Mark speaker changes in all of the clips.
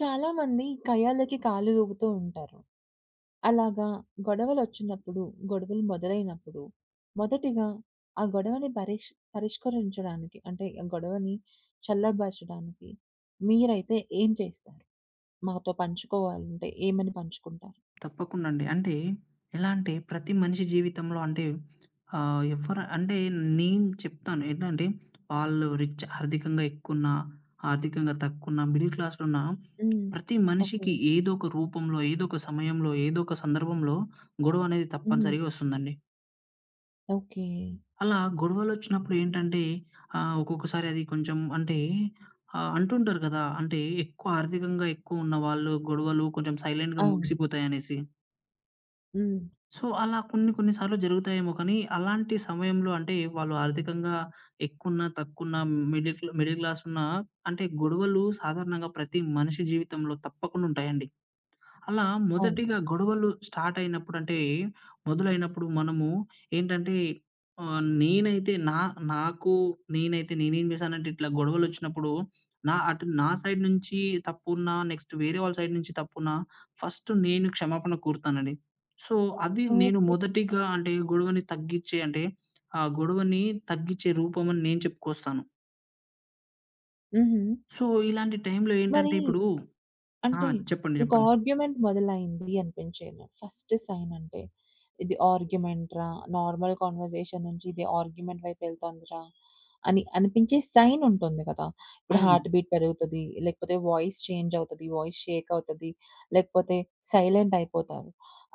Speaker 1: చాలామంది కయ్యాలకి కాళ్ళు ఊపుతూ ఉంటారు. అలాగా గొడవలొచ్చినప్పుడు, గొడవలు మొదలైనప్పుడు మొదటిగా ఆ గొడవని పరిష్ పరిష్కరించడానికి అంటే ఆ గొడవని చల్లబరచడానికి మీరైతే ఏం చేస్తారు? మాతో పంచుకోవాలంటే ఏమని పంచుకుంటారు?
Speaker 2: తప్పకుండా అండి. అంటే ఎలా అంటే ప్రతి మనిషి జీవితంలో అంటే ఎవ్వరు అంటే నేను చెప్తాను. ఏంటంటే వాళ్ళు రిచ్ ఆర్థికంగా ఎక్కువున్నా, ఆర్థికంగా తక్కువున్నా, మిడిల్ క్లాస్‌లో ఉన్న
Speaker 1: హ్మ్.
Speaker 2: ప్రతి
Speaker 1: ఓకే.
Speaker 2: మనిషికి ఏదో ఒక రూపంలో, ఏదో ఒక సమయంలో, ఏదో ఒక సందర్భంలో గొడవ అనేది
Speaker 1: హ్మ్.
Speaker 2: తప్పనిసరిగా వస్తుందండి.
Speaker 1: ఓకే.
Speaker 2: అలా గొడవలొచ్చినప్పుడు ఏంటంటే ఒక్కొక్కసారి అది కొంచెం అంటే అంటుంటారు కదా! అంటే ఎక్కువ ఆర్థికంగా ఎక్కువ ఉన్నవాళ్ళు గొడవలు కొంచెం సైలెంట్‌గా
Speaker 1: అవును.
Speaker 2: ముగిసిపోతాయనేసి.
Speaker 1: హ్మ్.
Speaker 2: సో, అలా కొన్ని కొన్ని సార్లు జరుగుతాయేమో కానీ, అలాంటి సమయంలో అంటే వాళ్ళు ఆర్థికంగా ఎక్కువున్నా, తక్కువున్నా, మిడిల్ క్లాస్ ఉన్నా అంటే గొడవలు సాధారణంగా ప్రతి మనిషి జీవితంలో తప్పకుండా ఉంటాయండి. అలా
Speaker 1: అవును.
Speaker 2: మొదటిగా గొడవలు స్టార్ట్ అయినప్పుడు అంటే మొదలైనప్పుడు మనము ఏంటంటే నేనైతే నా నాకు నేనైతే నేనేం చేశానంటే ఇట్లా గొడవలొచ్చినప్పుడు నా సైడ్ నుంచి తప్పున్నా, నెక్స్ట్ వేరే వాళ్ళ సైడ్ నుంచి తప్పున్నా ఫస్ట్ నేను క్షమాపణ కోరుతానండి. సో, అది నేను
Speaker 1: ఓకే.
Speaker 2: మొదటిగా అంటే గొడవని తగ్గిచ్చే అంటే ఆ గొడవని తగ్గిచ్చే రూపం అని నేను చెప్పుకొస్తాను.
Speaker 1: హుహు.
Speaker 2: సో, ఇలాంటి టైంలో
Speaker 1: మరి
Speaker 2: ఏంటంటే ఇప్పుడు
Speaker 1: అంటే
Speaker 2: ఆ! చెప్పండి.
Speaker 1: మీకు
Speaker 2: చెప్పండి.
Speaker 1: ఆర్గ్యుమెంట్ మొదలైంది అనిపించేను. ఫస్ట్ సైన్ అంటే, ఇది ఆర్గ్యుమెంట్‌రా, నార్మల్ కన్వర్జేషన్ నుంచి ఇది ఆర్గ్యుమెంట్ వైపు వెళ్తోందిరా అని అనిపించే సైన్ ఉంటుంది కదా! ఇప్పుడు
Speaker 2: అవును.
Speaker 1: హార్ట్ బీట్ పెరుగుతది, లేకపోతే వాయిస్ చేంజ్ అవుతది, వాయిస్ షేక్ అవుతది, లేకపోతే సైలెంట్ అయిపోతారు.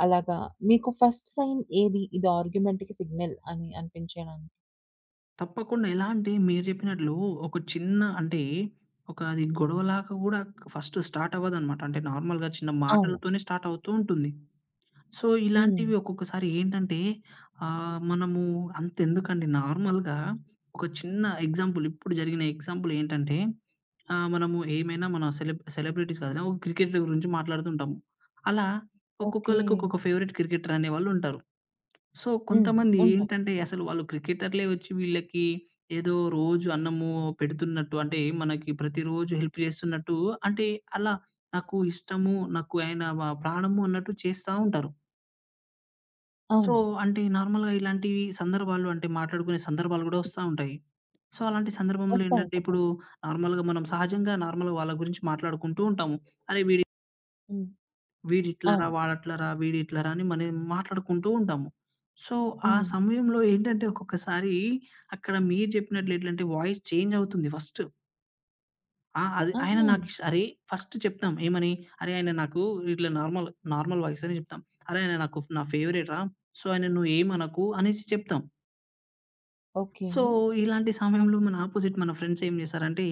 Speaker 1: అలాగా మీకు ఫస్ట్ సైన్ ఏది? ఇది ఆర్గ్యుమెంట్‌కి సిగ్నల్ అని అనిపించడానికి?
Speaker 2: తప్పకుండా. ఎలా అంటే మీరు జెప్పినట్లు ఒక చిన్న అంటే ఒక అది గొడవలాగా గూడా ఫస్ట్ స్టార్ట్ అవ్వదనమాట. అంటే నార్మల్‌గా చిన్న
Speaker 1: అవును.
Speaker 2: మాటలతోనే స్టార్ట్ అవుతూ ఉంటుంది. సో,
Speaker 1: హ్మ్.
Speaker 2: ఇలాంటివి ఒక్కొక్కసారి ఏంటంటే మనము అంతెందుకండి నార్మల్‌గా ఒక చిన్న ఎగ్జాంపుల్ ఇప్పుడు జరిగిన ఎగ్జాంపుల్ ఏంటంటే మనము ఏమైనా మన సెలబ్రిటీస్ కాదు. ఒక క్రికెటర్ గురించి మాట్లాడుతుంటాము. అలా
Speaker 1: ఓకే.
Speaker 2: ఒక్కొక్కళ్ళకి ఒక్కొక్క ఫేవరెట్ క్రికెటర్ అనేవాళ్ళుంటారు. సో,
Speaker 1: హ్మ్.
Speaker 2: కొంతమంది
Speaker 1: ఉంటాయి.
Speaker 2: ఏంటంటే అసలు వాళ్ళు క్రికెటర్‌లే వచ్చి వీళ్ళకి ఏదో రోజు అన్నము పెడుతున్నట్టు అంటే మనకి ప్రతిరోజు హెల్ప్ చేస్తున్నట్టు అంటే అలా నాకు ఇష్టము, నాకు ఆయన ప్రాణము అన్నట్టు చేస్తా ఉంటారు. సో,
Speaker 1: అవును.
Speaker 2: అంటే నార్మల్‌గా ఇలాంటివి సందర్భాలు అంటే మాట్లాడుకునే సందర్భాలు గూడా వస్తా ఉంటాయి. సో, అలాంటి సందర్భంలో
Speaker 1: వస్తాయి
Speaker 2: ఏంటంటే
Speaker 1: కదా!
Speaker 2: ఇప్పుడు నార్మల్‌గా మనం సహజంగా నార్మల్‌గా వాళ్ళ గురించి మాట్లాడుకుంటూ ఉంటాము. అరే!
Speaker 1: హ్మ్.
Speaker 2: వీడిట్లరా,
Speaker 1: అవును.
Speaker 2: వాడట్లరా, వీడిట్లరా అని మనం మాట్లాడుకుంటూ ఉంటాము. సో, ఆ
Speaker 1: హ్మ్.
Speaker 2: సమయంలో ఏంటంటే ఒక్కొక్కసారి అక్కడ మీరు చెప్పినట్లు ఎట్లంటే వాయిస్ చేంజ్ అవుతుంది ఫస్ట్. ఆ! అది ఆయన
Speaker 1: ఆహా!
Speaker 2: నాకు ఇష్ అరే ఫస్ట్ చెప్తాం ఏమని? "అరే! ఆయన నాకు ఇట్లా నార్మల్ వాయిస్" అని చెప్తాం. "అరే! ఆయన నాకు నా ఫేవరెట్‌రా సో, ఆయన నువ్వేమనకు" అనేసి చెప్తాం.
Speaker 1: ఓకే.
Speaker 2: సో, ఇలాంటి సమయంలో మన అపోజిట్ మన ఫ్రెండ్స్ ఏం చేశారంటే,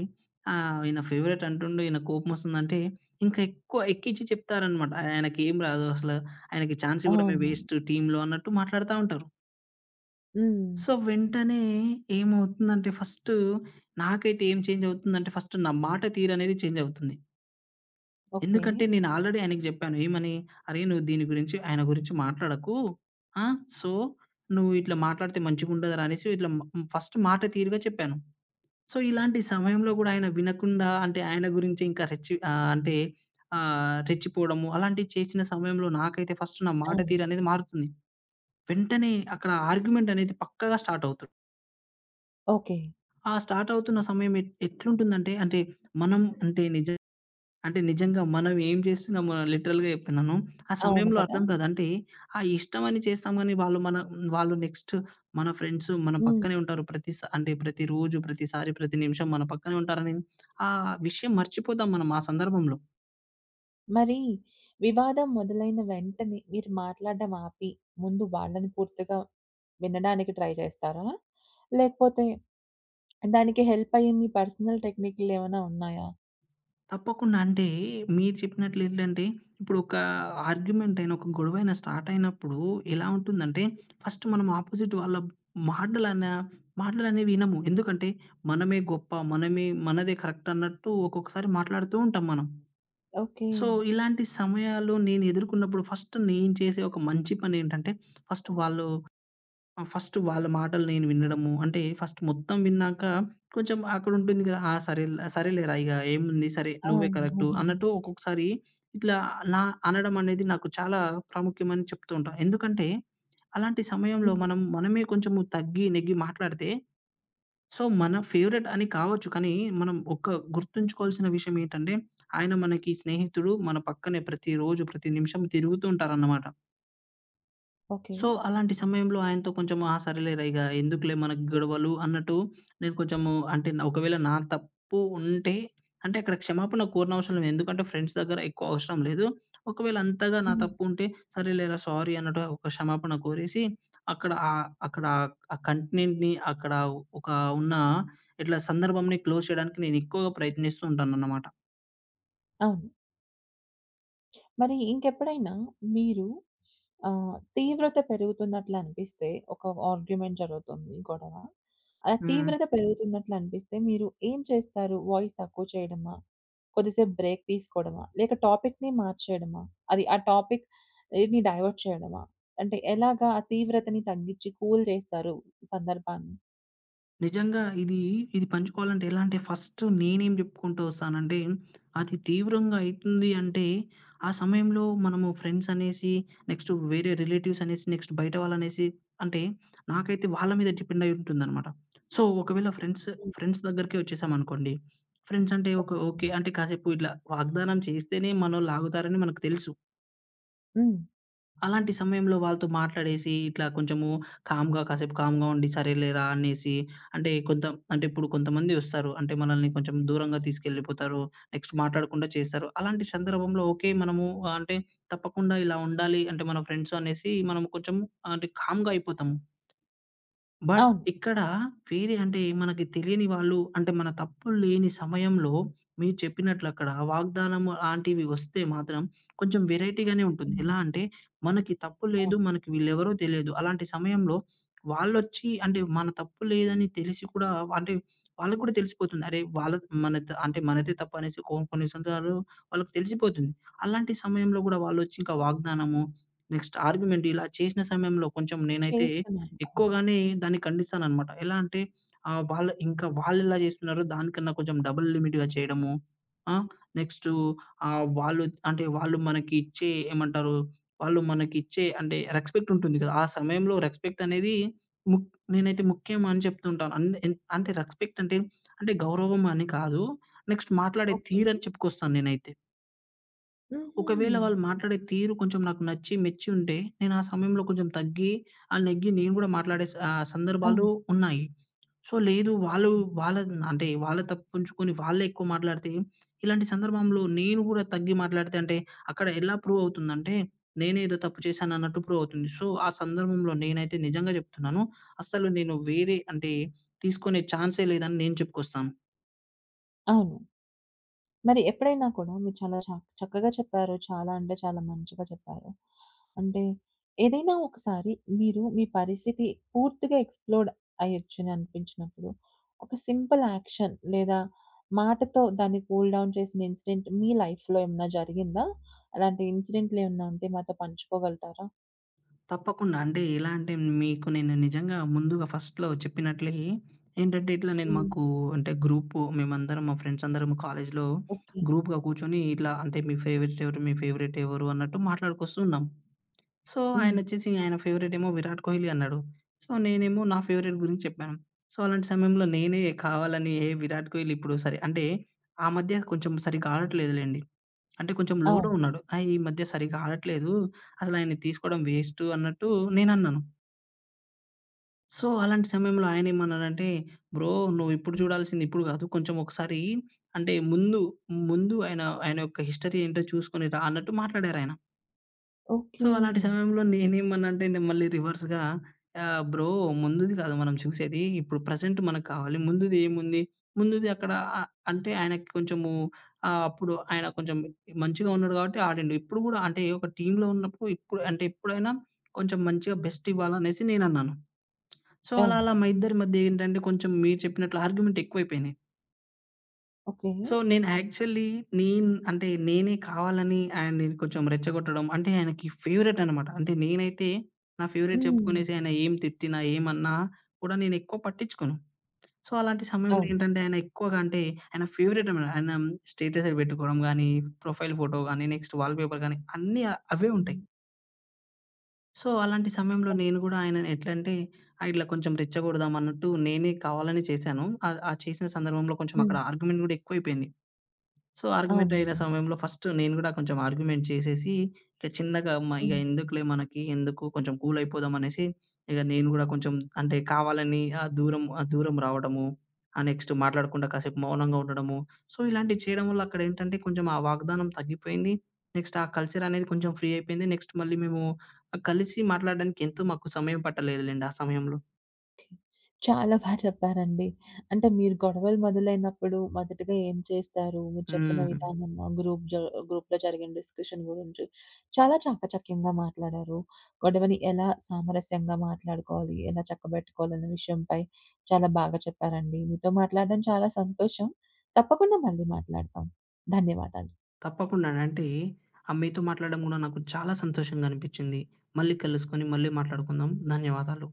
Speaker 2: ఈయన ఫేవరెట్ అంటుండు, ఈయన కోపమొస్తుందంటే, ఇంకా ఎక్కువ ఎక్కించి చెప్తారనమాట. ఆయనకేం రాదు అసలు, ఆయనకి ఛాన్స్ ఇవ్వడమే
Speaker 1: అవును.
Speaker 2: వేస్ట్ టీమ్‌లో అన్నట్టు మాట్లాడుతా ఉంటారు.
Speaker 1: హ్మ్.
Speaker 2: సో, వెంటనే ఏమవుతుందంటే ఫస్టు నాకైతే ఏం చేంజ్ అవుతుందంటే, ఫస్ట్ నా మాట తీరనేది చేంజ్ అవుతుంది.
Speaker 1: ఓకే.
Speaker 2: ఎందుకంటే, నేను ఆల్రెడీ ఆయనకి చెప్పాను. ఏమని? "అరేయ్! నువ్వు దీని గురించి, ఆయన గురించి మాట్లాడకు. ఆ! సో, నువ్వు ఇట్లా మాట్లాడితే మంచిగుండదురా" అనేసి ఇట్లా ఫస్ట్ మాట తీరుగా చెప్పాను. సో, ఇలాంటి సమయంలో గూడా ఆయన వినకుండా అంటే ఆయన గురించి ఇంకా రెచ్చి అంటే రెచ్చిపోవడము అలాంటివి చేసిన సమయంలో నాకైతే ఫస్ట్ నా మాట
Speaker 1: అవును.
Speaker 2: తీరనేది మారుతుంది. వెంటనే అక్కడ ఆర్గ్యుమెంట్ అనేది పక్కాగా స్టార్ట్ అవుతుంది.
Speaker 1: ఓకే.
Speaker 2: ఆ స్టార్ట్ అవుతున్న సమయం ఎట్లుంటుందంటే అంటే మనం అంటే అంటే నిజంగా మనం ఏం చేస్తున్నామో లిటరల్‌గా చెప్తున్నాను. ఆ
Speaker 1: అవును
Speaker 2: సమయంలో
Speaker 1: కదా!
Speaker 2: అర్థం కాదు. అంటే ఆ ఇష్టం అని చేస్తాం గానీ వాళ్ళు నెక్స్ట్ మన ఫ్రెండ్స్ మన
Speaker 1: హ్మ్.
Speaker 2: పక్కనే ఉంటారు. అంటే ప్రతిరోజు, ప్రతిసారి, ప్రతి నిమిషం మన పక్కనే ఉంటారని ఆ విషయం మర్చిపోతాం మనం ఆ సందర్భంలో.
Speaker 1: మరి వివాదం మొదలైన వెంటనే మీరు మాట్లాడడం ఆపి, ముందు వాళ్ళని పూర్తిగా వినడానికి ట్రై చేస్తారా? లేకపోతే దానికి హెల్ప్ అయ్యే మీ పర్సనల్ టెక్నిక్‌లు ఏమైనా ఉన్నాయా?
Speaker 2: తప్పకుండా. అంటే మీరు చెప్పినట్లు ఏంటంటే, ఇప్పుడు ఒక ఆర్గ్యుమెంట్ అయిన, ఒక గొడవైనా స్టార్ట్ అయినప్పుడు ఎలా ఉంటుందంటే, ఫస్ట్ మనం అపోజిట్ వాళ్ళ మాటలన మాటలనేవి వినము. ఎందుకంటే మనమే గొప్ప, మనమే మనదే కరెక్ట్ అన్నట్టు ఒక్కొక్కసారి మాట్లాడుతూ ఉంటాం మనం.
Speaker 1: ఓకే.
Speaker 2: సో, ఇలాంటి సమయాల్లో నేను ఎదుర్కొన్నప్పుడు ఫస్ట్ నేను చేసే ఒక మంచి పనేంటంటే, ఫస్ట్ వాళ్ళు ఆ! ఫస్ట్ వాళ్ళ మాటలు నేను వినడము. అంటే ఫస్ట్ మొత్తం విన్నాక కొంచెం అక్కడుంటుంది కదా! ఆ! సరేలేరా ఇగ ఏముంది సరే నువ్వే
Speaker 1: అవును.
Speaker 2: కరెక్టు
Speaker 1: హుహుహు.
Speaker 2: అన్నట్టు ఒక్కొక్కసారి ఇట్లా నా అనడం అనేది నాకు చాలా ప్రాముఖ్యమని చెప్తూ ఉంటా. ఎందుకంటే అలాంటి సమయంలో
Speaker 1: హ్మ్.
Speaker 2: మనం మనమే కొంచెము తగ్గి, నెగ్గి మాట్లాడితే సో మన ఫేవరెట్ అని కావచ్చు. కానీ మనం ఒక గుర్తుంచుకోవాల్సిన విషయం ఏంటంటే ఆయన మనకి స్నేహితుడు. మన పక్కనే ప్రతిరోజు, ప్రతి నిమిషం తిరుగుతూ ఉంటారన్నమాట.
Speaker 1: ఓకే.
Speaker 2: సో, అలాంటి సమయంలో ఆయనతో కొంచెము ఆ! సరేలేరా ఇగ ఎందుకులే మనకు గొడవలు అన్నట్టు నేను కొంచెము అంటే ఒకవేళ నా తప్పు ఉంటే అంటే అక్కడ క్షమాపణ కోరనవసరం లేదు. ఎందుకంటే ఫ్రెండ్స్ దగ్గర ఎక్కువ అవసరం లేదు. ఒకవేళ అంతగా నా
Speaker 1: హ్మ్.
Speaker 2: తప్పు ఉంటే సరేలేరా సారీ అన్నట్టుగా ఒక క్షమాపణ కోరేసి అక్కడ అక్కడ ఆ కంటెంట్‌ని అక్కడ ఒక ఉన్న ఇట్లా సందర్భంని క్లోజ్ చేయడానికి నేను ఎక్కువగా ప్రయత్నిస్తూ ఉంటానన్నమాట.
Speaker 1: అవును. మరి ఇంకెప్పుడైనా మీరు తీవ్రత పెరుగుతున్నట్లు అనిపిస్తే ఒక ఆర్గ్యుమెంట్ జరుగుతుంది గొడవ. ఆ
Speaker 2: హ్మ్.
Speaker 1: తీవ్రత పెరుగుతున్నట్లు అనిపిస్తే మీరు ఏం చేస్తారు? వాయిస్ తక్కువ చేయడమా? కొద్దిసేపు బ్రేక్ తీసుకోవడమా? లేక టాపిక్‌ని మార్చేయడమా? అది ఆ టాపిక్ ని డైవర్ట్ చేయడమా? అంటే ఎలాగా ఆ తీవ్రతని తగ్గించి కూల్ చేస్తారు సందర్భాన్ని?
Speaker 2: నిజంగా ఇది పంచుకోవాలంటే ఎలా అంటే ఫస్ట్ నేనేం చెప్పుకుంటూ వస్తానంటే, అది తీవ్రంగా అయితుంది అంటే, ఆ సమయంలో మనము ఫ్రెండ్స్ అనేసి, నెక్స్ట్ వేరే రిలేటివ్స్ అనేసి, నెక్స్ట్ బయట వాళ్ళనేసి అంటే నాకైతే వాళ్ళ మీద డిపెండ్ అయి ఉంటుందనమాట. సో, ఒకవేళ ఫ్రెండ్స్,
Speaker 1: హ్మ్.
Speaker 2: ఫ్రెండ్స్ దగ్గరికే వచ్చేసామనుకోండి. ఫ్రెండ్స్ అంటే ఒక ఓకే.
Speaker 1: హ్మ్.
Speaker 2: అంటే కాసేపు ఇట్లా వాగ్దానం చేస్తేనే మనోళ్ళు ఆగుతారని మనకు తెలుసు.
Speaker 1: హ్మ్.
Speaker 2: అలాంటి సమయంలో వాళ్ళతో మాట్లాడేసి, ఇట్లా కొంచెము కామ్‌గా కాసేపు కామ్‌గా ఉండి, సరేలేరా అనేసి అంటే కొంత అంటే ఇప్పుడు కొంతమంది ఒస్తారు. అంటే మనల్ని కొంచెం దూరంగా తీసుకెళ్ళిపోతారు. నెక్స్ట్ మాట్లాడకుండా చేస్తారు. అలాంటి సందర్భంలో ఓకే. మనము అంటే తప్పకుండా ఇలా ఉండాలి. అంటే మన ఫ్రెండ్స్ అనేసి మనం కొంచెం అంటే కామ్‌గా అయిపోతాము. బట్
Speaker 1: అవును.
Speaker 2: ఇక్కడ వేరే అంటే మనకి తెలియని వాళ్ళు అంటే మన తప్పులు లేని సమయంలో మీరు చెప్పినట్లు అక్కడ వాగ్దానం అలాంటివి వస్తే మాత్రం కొంచెం వెరైటీగానే ఉంటుంది.
Speaker 1: హ్మ్.
Speaker 2: ఎలా అంటే మనకి తప్పు
Speaker 1: అవును.
Speaker 2: లేదు. మనకి వీళ్ళెవరో తెలియదు. అలాంటి సమయంలో వాళ్ళొచ్చి అంటే మన తప్పు లేదని తెలిసి కూడా అంటే వాళ్ళకి కూడా తెలిసిపోతుంది. అరే! వాళ్ళ మన త అంటే మనదే తప్పు అనేసి కొన్ని సందర్భాలు వాళ్ళకి తెలిసిపోతుంది. అలాంటి సమయంలో కూడా వాళ్ళొచ్చి ఇంకా వాగ్దానము, నెక్స్ట్ ఆర్గ్యుమెంట్ ఇలా చేసిన సమయంలో కొంచెం నేనైతే
Speaker 1: చేస్తున్నారు. అవును.
Speaker 2: ఎక్కువగానే దాన్ని ఖండిస్తాననమాట. ఎలా అంటే వాళ్ళెలా చేస్తున్నారో దానికన్నా కొంచెం డబుల్ లిమిట్‌గా చేయడము. ఆ! నెక్స్టు ఆహ్, వాళ్ళు వాళ్ళు మనకి ఇచ్చే ఏమంటారు? వాళ్ళు మనకిచ్చే అంటే రెస్పెక్ట్ ఉంటుంది కదా! ఆ సమయంలో రెస్పెక్ట్ అనేది ముక్ నేనైతే ముఖ్యం అని చెప్తుంటాను. అండ్ ఎన్ అంటే రెస్పెక్ట్ అంటే, అంటే గౌరవం అని కాదు. నెక్స్ట్ మాట్లాడే
Speaker 1: ఓకే.
Speaker 2: తీరని చెప్పుకొస్తాను నేనైతే.
Speaker 1: హుహు.
Speaker 2: ఒకవేళ వాళ్ళు మాట్లాడే తీరు కొంచెం నాకు నచ్చి, మెచ్చి ఉంటే, నేను ఆ సమయంలో కొంచెం తగ్గి, ఆ! నెగ్గి నేను గూడా మాట్లాడే సందర్భాలు
Speaker 1: అవును.
Speaker 2: ఉన్నాయి. సో, లేదు వాళ్ళు వాళ్ళ వాళ్ళ తప్పించుకొని వాళ్ళే ఎక్కువ మాట్లాడితే, ఇలాంటి సందర్భంలో నేను గూడా తగ్గి మాట్లాడితే అంటే, అక్కడ ఎలా ప్రూవ్ అవుతుందంటే, నేనే ఏదో తప్పు చేశానన్నట్టు ప్రూవ్ అవుతుంది. సో, ఆ సందర్భంలో నేనైతే నిజంగా జెప్తున్నాను. అస్సలు నేను వేరే అంటే తీసుకునే ఛాన్సే లేదని నేను చెప్పుకొస్తాను.
Speaker 1: అవును. మరి ఎప్పుడైనా కూడా మీరు చాలా చ చక్కగా చెప్పారు. చాలా అంటే చాలా మంచిగా చెప్పారు. అంటే ఏదైనా ఒకసారి మీరు మీ పరిస్థితి పూర్తిగా ఎక్స్‌ప్లోర్డ్ అయ్యొచ్చని అనిపించినప్పుడు, ఒక సింపుల్ యాక్షన్ లేదా మాటతో దాన్ని కూల్ డౌన్ చేసిన ఇన్సిడెంట్ మీ లైఫ్‌లో ఏమన్నా జరిగిందా? అలాంటి ఇన్సిడెంట్‌లేమన్నా ఉంటే మాతో పంచుకోగలుగుతారా?
Speaker 2: తప్పకుండా. అంటే ఎలా అంటే మీకు నేను నిజంగా ముందుగా ఫస్ట్‌లో చెప్పినట్లే ఏంటంటే ఇట్లా నేను
Speaker 1: హ్మ్.
Speaker 2: మాకు అంటే గ్రూపు మేమందరం మా ఫ్రెండ్స్ అందరం కాలేజ్‌లో
Speaker 1: ఓకే.
Speaker 2: గ్రూప్‌గా కూర్చొని ఇట్లా అంటే మీ ఫేవరెట్ ఎవరు? మీ ఫేవరెట్ ఎవరు? అన్నట్టు మాట్లాడుకొస్తూ ఉన్నాం. సో
Speaker 1: హ్మ్.
Speaker 2: ఆయనొచ్చేసి ఆయన ఫేవరెట్ ఏమో 'విరాట్ కోహ్లీ' అన్నాడు. సో నేనేమో నా ఫేవరెట్ గురించి చెప్పాను. సో అలాంటి సమయంలో నేనే కావాలని ఏ 'విరాట్ కోహ్లీ' ఇప్పుడు సరే అంటే ఆ మధ్య కొంచెం సరిగ్గా ఆడట్లేదులెండి. అంటే కొంచెం లోలో
Speaker 1: అవును.
Speaker 2: ఉన్నాడు. ఈ మధ్య సరిగ్గా ఆడట్లేదు. అసలు ఆయన్ని తీసుకోవడం వేస్ట్ అన్నట్టు నేనన్నాను. సో, అలాంటి సమయంలో ఆయనేమన్నాడంటే, "బ్రో నువ్వు ఇప్పుడు
Speaker 1: హ్మ్.
Speaker 2: చూడాల్సింది ఇప్పుడు కాదు. కొంచెం ఒకసారి అంటే ముందు ఆయన ఆయన యొక్క హిస్టరీ ఏంటో చూసుకొని రా" అన్నట్టు మాట్లాడారాయన. So,
Speaker 1: okay.
Speaker 2: అలాంటి సమయంలో నేనేమన్నానంటే నేను మళ్ళీ రివర్స్‌గా బ్రో ముందుది కాదు మనం చూసేది. ఇప్పుడు ప్రెజెంట్ మనకు కావాలి. ముందుది ఏముంది? ముందుది అక్కడ అంటే ఆయనకి కొంచెము అప్పుడు ఆయన కొంచెం మంచిగా ఉన్నాడు కాబట్టి ఆడిండు. ఇప్పుడు గూడా అంటే ఒక టీమ్‌లో ఉన్నప్పుడు ఇప్పుడు అంటే ఎప్పుడైనా కొంచెం మంచిగా బెస్ట్ ఇవ్వాలనేసి నేనన్నాను. సో, అలా
Speaker 1: అవును.
Speaker 2: అలా మా ఇద్దరి మధ్య ఏంటంటే కొంచెం మీరు చెప్పినట్లు ఆర్గ్యుమెంట్ ఎక్కువైపోయింది.
Speaker 1: ఓకే.
Speaker 2: సో, నేను యాక్చువల్లీ నేను అంటే, నేనే కావాలని ఆయన్ని కొంచెం రెచ్చగొట్టడం అంటే, ఆయనకి ఫేవరెట్ అనమాట. అంటే, నేనైతే నా ఫేవరెట్
Speaker 1: హ్మ్.
Speaker 2: చెప్పుకునేసి ఆయన ఏం తిట్టినా, ఏమన్నా కూడా నేనెక్కువ పట్టించుకోను. సో, అలాంటి సమయంలో
Speaker 1: అవును.
Speaker 2: ఏంటంటే, ఆయన ఎక్కువగా అంటే, ఆయన ఫేవరెట్ అనమాట. ఆయన స్టేటస్‌లు పెట్టుకోవడం గానీ, ప్రొఫైల్ ఫోటో గానీ, నెక్స్ట్ వాల్‌పేపర్ గానీ, అవే ఉంటాయి.
Speaker 1: హ్మ్.
Speaker 2: సో, అలాంటి సమయంలో నేను గూడా ఆయనని ఎట్లంటే, ఇట్లా కొంచెం రెచ్చగొడదాం అన్నట్టు నేనే కావాలని చేశాను. ఆ చేసిన సందర్భంలో కొంచెం
Speaker 1: హ్మ్.
Speaker 2: అక్కడ ఆర్గ్యుమెంట్ గూడా ఎక్కువైపోయింది. సో, ఆర్గ్యుమెంట్ అయిన
Speaker 1: అవునవును.
Speaker 2: సమయంలో ఫస్ట్ నేను గూడా కొంచెం ఆర్గ్యుమెంట్ చేసేసి, ఇట్లా చిన్నగా ఇగ
Speaker 1: హ్మ్.
Speaker 2: ఎందుకులే మనకి, ఎందుకు కొంచెం కూల్ అయిపోదాం అనేసి, ఇగ నేను గూడా కొంచెం అంటే కావాలని దూరం రావడము. నెక్స్ట్ మాట్లాడకుండా కాసేపు మౌనంగా ఉండడము. సో, ఇలాంటివి చేయడం వల్ల అక్కడేంటంటే కొంచెం ఆ వాగ్దానం తగ్గిపోయింది. నెక్స్ట్ ఆ కల్చర్ అనేది కొంచెం ఫ్రీ అయిపోయింది. నెక్స్ట్ మళ్ళీ మేము కలిసి మాట్లాడడానికి ఎంతో మాకు సమయం పట్టలేదులెండి ఆ సమయంలో.
Speaker 1: ఓకే. చాలా బా చెప్పారండి. అంటే మీరు గొడవలు మొదలైనప్పుడు మొదటగా ఏం చేస్తారు? మీరు చెప్పిన
Speaker 2: హ్మ్.
Speaker 1: విధానం ఆ గ్రూప్‌లో జరిగిన డిస్కషన్ గురించి చాలా చాకచక్యంగా మాట్లాడారు. గొడవని ఎలా సామరస్యంగా మాట్లాడుకోవాలి, ఎలా చక్కబెట్టుకోవాలన్న విషయంపై చాలా బాగా చెప్పారండి. మీతో మాట్లాడడం చాలా సంతోషం. తప్పకుండా మళ్ళీ మాట్లాడతాం. ధన్యవాదాలు.
Speaker 2: తప్పకుండా అండి. అంటే మీతో మాట్లాడడం గూడా నాకు చాలా సంతోషంగా అనిపిచ్చింది. మళ్ళీ కలుసుకొని మళ్ళీ మాట్లాడుకుందాం. ధన్యవాదాలు.